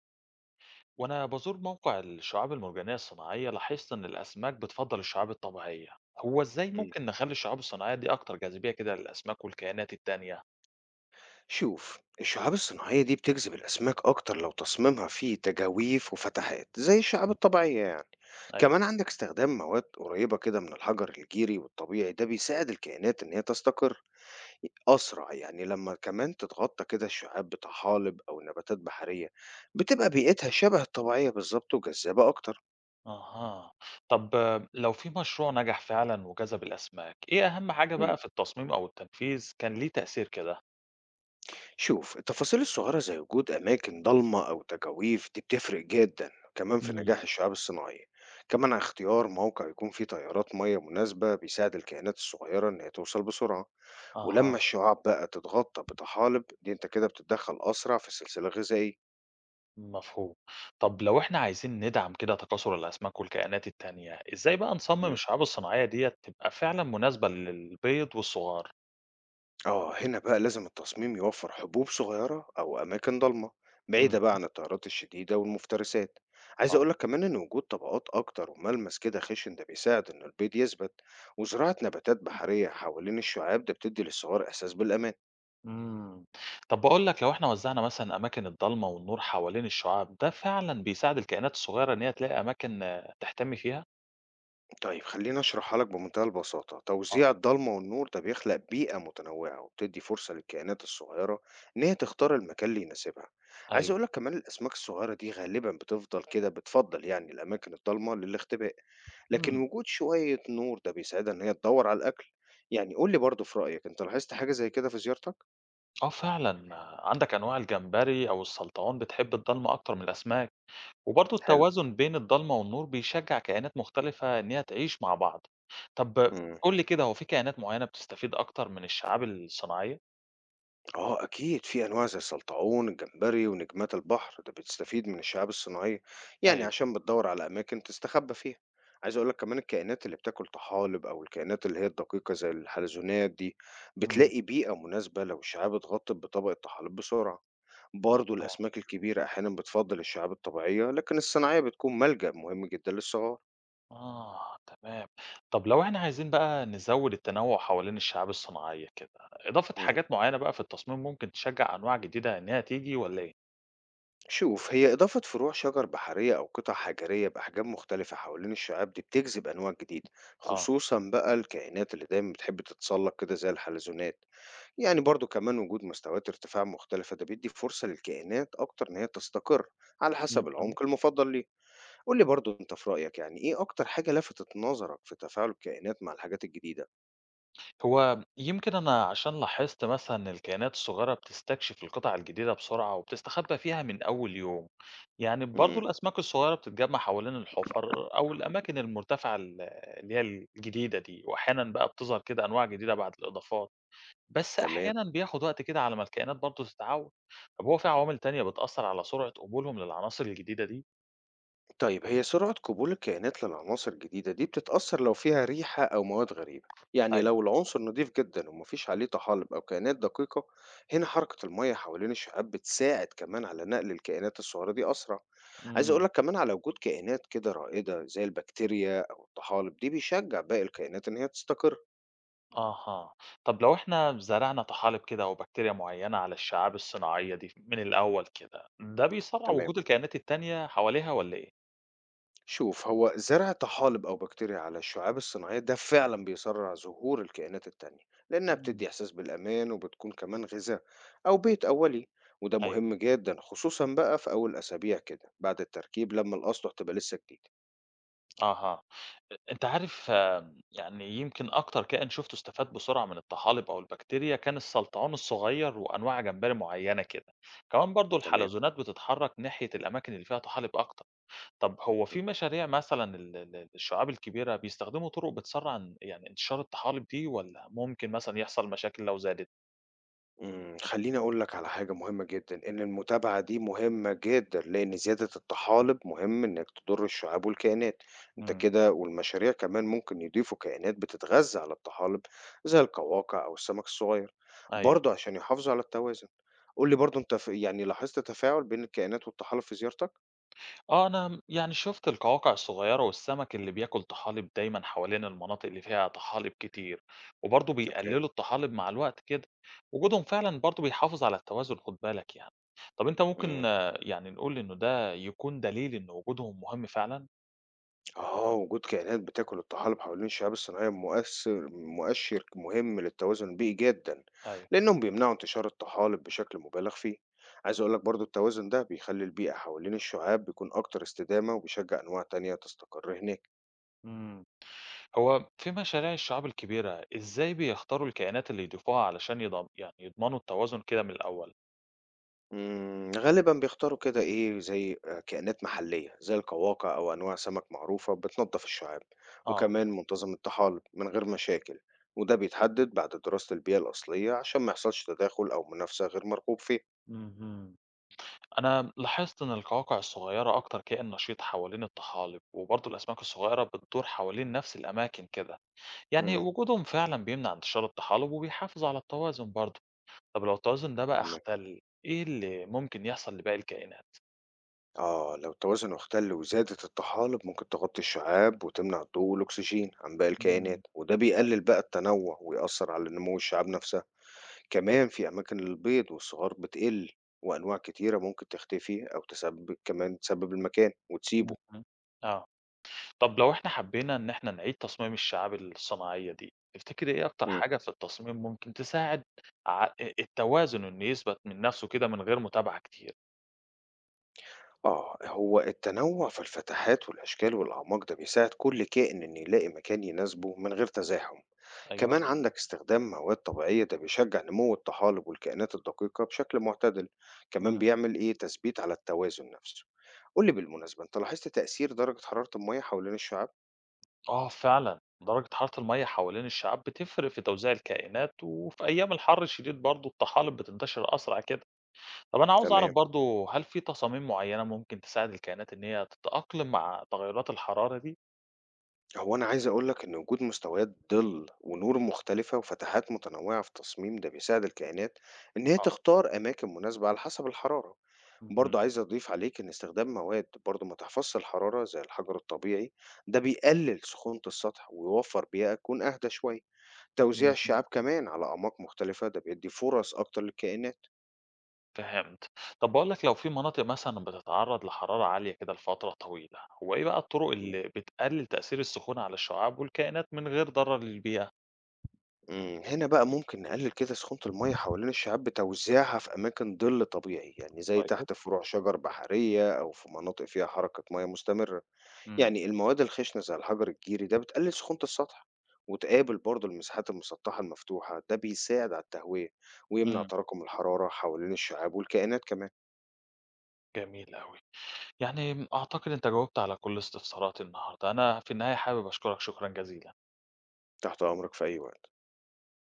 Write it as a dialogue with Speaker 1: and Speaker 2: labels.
Speaker 1: وأنا بزور موقع الشعاب المرجانية الصناعية لاحظت إن الأسماك بتفضل الشعاب الطبيعية، هو إزاي
Speaker 2: مم.
Speaker 1: ممكن نخلي الشعاب الصناعية دي أكتر جاذبية كده للأسماك والكائنات التانية؟
Speaker 2: شوف الشعاب الصناعية دي بتجذب الأسماك أكتر لو تصميمها فيه تجاويف وفتحات زي الشعاب الطبيعية. يعني
Speaker 1: أيوه.
Speaker 2: كمان عندك استخدام مواد قريبة كده من الحجر الجيري والطبيعي، ده بيساعد الكائنات إن هي تستقر أسرع. يعني لما كمان تتغطى كده الشعاب بطحالب أو نباتات بحرية، بتبقى بيئتها شبه الطبيعية بالظبط وجذابة أكتر.
Speaker 1: أها. طب لو في مشروع نجح فعلا وجذب الأسماك، إيه أهم حاجة بقى في التصميم أو التنفيذ كان ليه تأثير كده؟
Speaker 2: شوف التفاصيل الصغيرة زي وجود أماكن ضلمة أو تجاويف، دي بتفرق جدا كمان في
Speaker 1: مم.
Speaker 2: نجاح الشعاب الصناعية. كمان اختيار موقع يكون فيه تيارات مية مناسبة بيساعد الكائنات الصغيرة إن هي توصل بسرعة. ولما
Speaker 1: أها.
Speaker 2: الشعاب بقى تتغطى بطحالب، دي أنت كده بتتدخل أسرع في السلسلة الغذائية.
Speaker 1: مفهوم. طب لو إحنا عايزين ندعم كده تكاثر الأسماك والكائنات التانية، إزاي بقى نصمم الشعاب الصناعية ديت تبقى فعلا مناسبة للبيض والصغار؟
Speaker 2: آه، هنا بقى لازم التصميم يوفر حبوب صغيرة أو أماكن ضلمة
Speaker 1: مم.
Speaker 2: بعيدة بقى عن التيارات الشديدة والمفترسات. عايز أقولك كمان إن وجود طبقات أكتر وملمس كده خشن ده بيساعد إن البيض يثبت، وزراعة نباتات بحرية حوالين الشعاب ده بتدي للصغار إحساس بالأمان.
Speaker 1: إمم. طب باقول لك لو إحنا وزّعنا مثلًا أماكن الضلمة والنور حوالين الشُعاع، ده فعلًا بيساعد الكائنات الصغيرة إن هي تلاقي أماكن تحتمي فيها؟
Speaker 2: طيب خليني أشرحها لك بمنتهى البساطة.
Speaker 1: آه،
Speaker 2: توزيع الضلمة والنور ده بيخلق بيئة متنوعة وبتدي فرصة للكائنات الصغيرة إن هي تختار المكان اللي يناسبها. عايز
Speaker 1: أيوه.
Speaker 2: أقولك كمان الأسماك الصغيرة دي غالبا بتفضل يعني الأماكن الضلمة للاختباء، لكن
Speaker 1: إمم.
Speaker 2: وجود شوية نور ده بيساعدها إن هي تدوّر على الأكل. يعني قُل لي برضه، في رأيك أنت لاحظت حاجة زي كده في زيارتك؟
Speaker 1: آه فعلًا، عندك أنواع الجمبري أو السلطعون بتحب الضلمة أكتر من الأسماك، وبرضه
Speaker 2: حلو.
Speaker 1: التوازن بين الضلمة والنور بيشجّع كائنات مختلفة إن هي تعيش مع بعض. طب
Speaker 2: إمم.
Speaker 1: قُل لي كده هو في كائنات معيّنة بتستفيد أكتر من الشعاب الصناعية؟
Speaker 2: آه أكيد، في أنواع زي السلطعون، الجمبري ونجمات البحر، ده بتستفيد من الشعاب الصناعية، يعني
Speaker 1: أيوه.
Speaker 2: عشان بتدوّر على أماكن تستخبى فيها. عايز أقول لك كمان الكائنات اللي بتاكل طحالب، أو الكائنات اللي هي الدقيقة زي الحلزونات دي،
Speaker 1: إمم.
Speaker 2: بتلاقي بيئة مناسبة لو الشعاب اتغطت بطبقة طحالب بسرعة. برضه
Speaker 1: أها.
Speaker 2: الأسماك الكبيرة أحيانًا بتفضّل الشعاب الطبيعية، لكن الصناعية بتكون ملجأ مهم جدًا للصغار.
Speaker 1: آه، تمام. طب لو إحنا عايزين بقى نزوِّد التنوُّع حوالين الشعاب الصناعية كده، إضافة
Speaker 2: مم.
Speaker 1: حاجات معيّنة بقى في التصميم ممكن تشجّع أنواع جديدة إنها تيجي والّا إيه؟
Speaker 2: شوف هي إضافة فروع شجر بحرية أو قطع حجرية بأحجام مختلفة حوالين الشعاب، دي بتجذب أنواع جديدة،
Speaker 1: آه.
Speaker 2: خصوصا بقى الكائنات اللي دايما بتحب تتسلق كده زي الحلزونات. يعني برضو كمان وجود مستويات ارتفاع مختلفة ده بيدي فرصة للكائنات أكتر إن هي تستقر على حسب
Speaker 1: اهم.
Speaker 2: العمق المفضل ليه. قول لي برضو أنت في رأيك، يعني إيه أكتر حاجة لفتت نظرك في تفاعل الكائنات مع الحاجات الجديدة؟
Speaker 1: هو يمكن أنا عشان لاحظت مثلًا إن الكائنات الصغيرة بتستكشف القطع الجديدة بسرعة وبتستخبى فيها من أول يوم. يعني برضه
Speaker 2: مم.
Speaker 1: الأسماك الصغيرة بتتجمّع حوالين الحُفَر أو الأماكن المرتفعة اللي هي الجديدة دي وأحيانًا بقى بتظهر كده أنواع جديدة بعد الإضافات. بس
Speaker 2: تمام.
Speaker 1: أحيانًا بياخد وقت كده على ما الكائنات برضه تتعود. طب هو في عوامل تانية بتأثّر على سرعة قبولهم للعناصر الجديدة دي؟
Speaker 2: طيب هي سرعة قبول الكائنات للعناصر الجديدة دي بتتأثر لو فيها ريحة أو مواد غريبة، يعني
Speaker 1: أيوه.
Speaker 2: لو العنصر نضيف جدا ومفيش عليه طحالب أو كائنات دقيقة. هنا حركة المية حوالين الشعاب بتساعد كمان على نقل الكائنات الصغيرة دي أسرع. عايز
Speaker 1: إمم،
Speaker 2: أقولك كمان على وجود كائنات كده رائدة زي البكتيريا أو الطحالب، دي بيشجع باقي الكائنات إن هي تستقر.
Speaker 1: أها. طب لو إحنا زرعنا طحالب كده أو بكتيريا معيّنة على الشعاب الصناعية دي من الأول كده، ده بيسرّع
Speaker 2: تمام.
Speaker 1: وجود الكائنات التانية حواليها والّا إيه؟
Speaker 2: شوف هو زرع طحالب أو بكتيريا على الشعاب الصناعية ده فعلا بيسرع ظهور الكائنات التانية، لأنها
Speaker 1: إمم،
Speaker 2: بتدي إحساس بالأمان وبتكون كمان غذاء أو بيت أولي. وده
Speaker 1: أيوه.
Speaker 2: مهم جدا، خصوصا بقى في أول أسابيع كده بعد التركيب لما الأسطح تبقى لسه جديدة.
Speaker 1: أها. أنت عارف يعني يمكن أكتر كائن شُفته استفاد بسرعة من الطحالب أو البكتيريا كان السلطعون الصغير وأنواع جمبري معيّنة كده. كمان برضه
Speaker 2: تمام.
Speaker 1: الحلزونات بتتحرّك ناحية الأماكن اللي فيها طحالب أكتر. طب هو في مشاريع مثلًا ال ال الشعاب الكبيرة بيستخدموا طرق بتسرّع ان يعني انتشار الطحالب دي والّا ممكن مثلًا يحصل مشاكل لو زادت؟
Speaker 2: خلّيني أقول لك على حاجة مهمة جدًا، إن المتابعة دي مهمة جدًا، لإن زيادة الطحالب مهم إنك تضر الشعاب والكائنات. أنت
Speaker 1: إمم.
Speaker 2: كده والمشاريع كمان ممكن يضيفوا كائنات بتتغذى على الطحالب، زي القواقع أو السمك الصغير،
Speaker 1: أيوه.
Speaker 2: برضه عشان يحافظوا على التوازن. قُل لي برضه أنت، ف يعني لاحظت تفاعل بين الكائنات والطحالب في زيارتك؟
Speaker 1: آه، أنا يعني شُفت القواقع الصغيّرة والسمك اللي بياكل طحالب دايمًا حوالين المناطق اللي فيها طحالب كتير، وبرضه
Speaker 2: أوكي.
Speaker 1: بيقللوا الطحالب مع الوقت كده، وجودهم فعلًا برضه بيحافظ على التوازن خُد بالك يعني. طَب أنت
Speaker 2: إمم.
Speaker 1: ممكن يعني نقول إنه ده يكون دليل إن وجودهم مهم فعلًا؟
Speaker 2: آه، وجود كائنات بتاكل الطحالب حوالين الشعاب الصناعية مؤشر مهم للتوازن البيئي جدًا،
Speaker 1: أيوه.
Speaker 2: لأنهم بيمنعوا انتشار الطحالب بشكل مبالغ فيه. عايز أقول لك برضه التوازن ده بيخلي البيئة حوالين الشعاب بيكون أكتر استدامة وبيشجع أنواع تانية تستقر هناك.
Speaker 1: إمم. هو في مشاريع الشعاب الكبيرة إزاي بيختاروا الكائنات اللي يضيفوها علشان يعني يضمنوا التوازن كده من الأول؟
Speaker 2: غالبًا بيختاروا كده إيه، زي كائنات محلية زي القواقع أو أنواع سمك معروفة بتنضف الشعاب،
Speaker 1: آه.
Speaker 2: وكمان منتظم الطحالب من غير مشاكل، وده بيتحدد بعد دراسة البيئة الأصلية عشان ما يحصلش تداخل أو منافسة غير مرغوب فيها.
Speaker 1: اهم. أنا لاحظت إن القواقع الصغيرة أكتر كائن نشيط حوالين الطحالب وبرضه الأسماك الصغيرة بتدور حوالين نفس الأماكن كده يعني
Speaker 2: إمم،
Speaker 1: وجودهم فعلا بيمنع انتشار الطحالب وبيحافظ على التوازن برضه. طب لو التوازن ده بقى
Speaker 2: تمام.
Speaker 1: اختل إيه اللي ممكن يحصل لباقي الكائنات؟
Speaker 2: آه، لو التوازن اختل وزادت الطحالب ممكن تغطي الشعاب وتمنع الضوء والأكسجين عن باقي
Speaker 1: مم.
Speaker 2: الكائنات، وده بيقلل بقى التنوع ويأثر على نمو الشعاب نفسها. كمان في أماكن للبيض والصغار بتقل، وأنواع كتيرة ممكن تختفي أو تسبب المكان وتسيبه.
Speaker 1: مم. آه. طب لو إحنا حبينا إن إحنا نعيد تصميم الشعاب الصناعية دي تفتكر إيه أكتر
Speaker 2: إمم.
Speaker 1: حاجة في التصميم ممكن تساعد ع- التوازن إنه يثبت من نفسه كده من غير متابعة كتير؟
Speaker 2: آه، هو التنوع في الفتحات والأشكال والأعماق ده بيساعد كل كائن إنه يلاقي مكان يناسبه من غير تزاحم.
Speaker 1: أيوه.
Speaker 2: كمان عندك استخدام مواد طبيعية ده بيشجع نمو الطحالب والكائنات الدقيقة بشكل معتدل، كمان بيعمل إيه تثبيت على التوازن نفسه. قول لي بالمناسبة، أنت لاحظت تأثير درجة حرارة المية حوالين الشعاب؟
Speaker 1: آه فعلًا، درجة حرارة المَيّة حوالين الشعاب بتفرق في توزيع الكائنات، وفي أيام الحر الشديد برضه الطحالب بتنتشر أسرع كده. طب أنا عاوز أعرف
Speaker 2: تمام.
Speaker 1: برضه هل في تصاميم معيّنة ممكن تساعد الكائنات إن هي تتأقلم مع تغيرات الحرارة دي؟
Speaker 2: هو أنا عايز أقولك إن وجود مستويات ظل ونور مختلفة وفتحات متنوعة في التصميم ده بيساعد الكائنات إن هي
Speaker 1: آه،
Speaker 2: تختار أماكن مناسبة على حسب الحرارة.
Speaker 1: اهم،
Speaker 2: برضه عايز أضيف عليك إن استخدام مواد برضه ما تحفظش الحرارة زي الحجر الطبيعي، ده بيقلل سخونة السطح ويوفر بيئة تكون أهدى شوية. توزيع
Speaker 1: اهم،
Speaker 2: الشعاب كمان على أعماق مختلفة ده بيدّي فرص أكتر للكائنات.
Speaker 1: فهمت. طب باقول لك لو في مناطق مثلًا بتتعرّض لحرارة عالية كده لفترة طويلة، هو إيه بقى الطرق
Speaker 2: مم.
Speaker 1: اللي بتقلل تأثير السخونة على الشعاب والكائنات من غير ضرر للبيئة؟
Speaker 2: إمم، هنا بقى ممكن نقلل كده سخونة المَيّة حوالين الشعاب بتوزيعها في أماكن ظِل طبيعي، يعني زي
Speaker 1: طيب،
Speaker 2: تحت فروع شجر بحرية أو في مناطق فيها حركة مَيّة مستمرة.
Speaker 1: إمم،
Speaker 2: يعني المواد الخشنة زي الحجر الجيري ده بتقلل سخونة السطح، وتقابل برضه المساحات المسطحة المفتوحة، ده بيساعد على التهوية ويمنع
Speaker 1: إمم،
Speaker 2: تراكم الحرارة حوالين الشعاب والكائنات كمان.
Speaker 1: جميل أوي. يعني أعتقد أنت جاوبت على كل استفساراتي النهارده، أنا في النهاية حابب أشكرك شكرًا جزيلًا.
Speaker 2: تحت أمرك في أي وقت.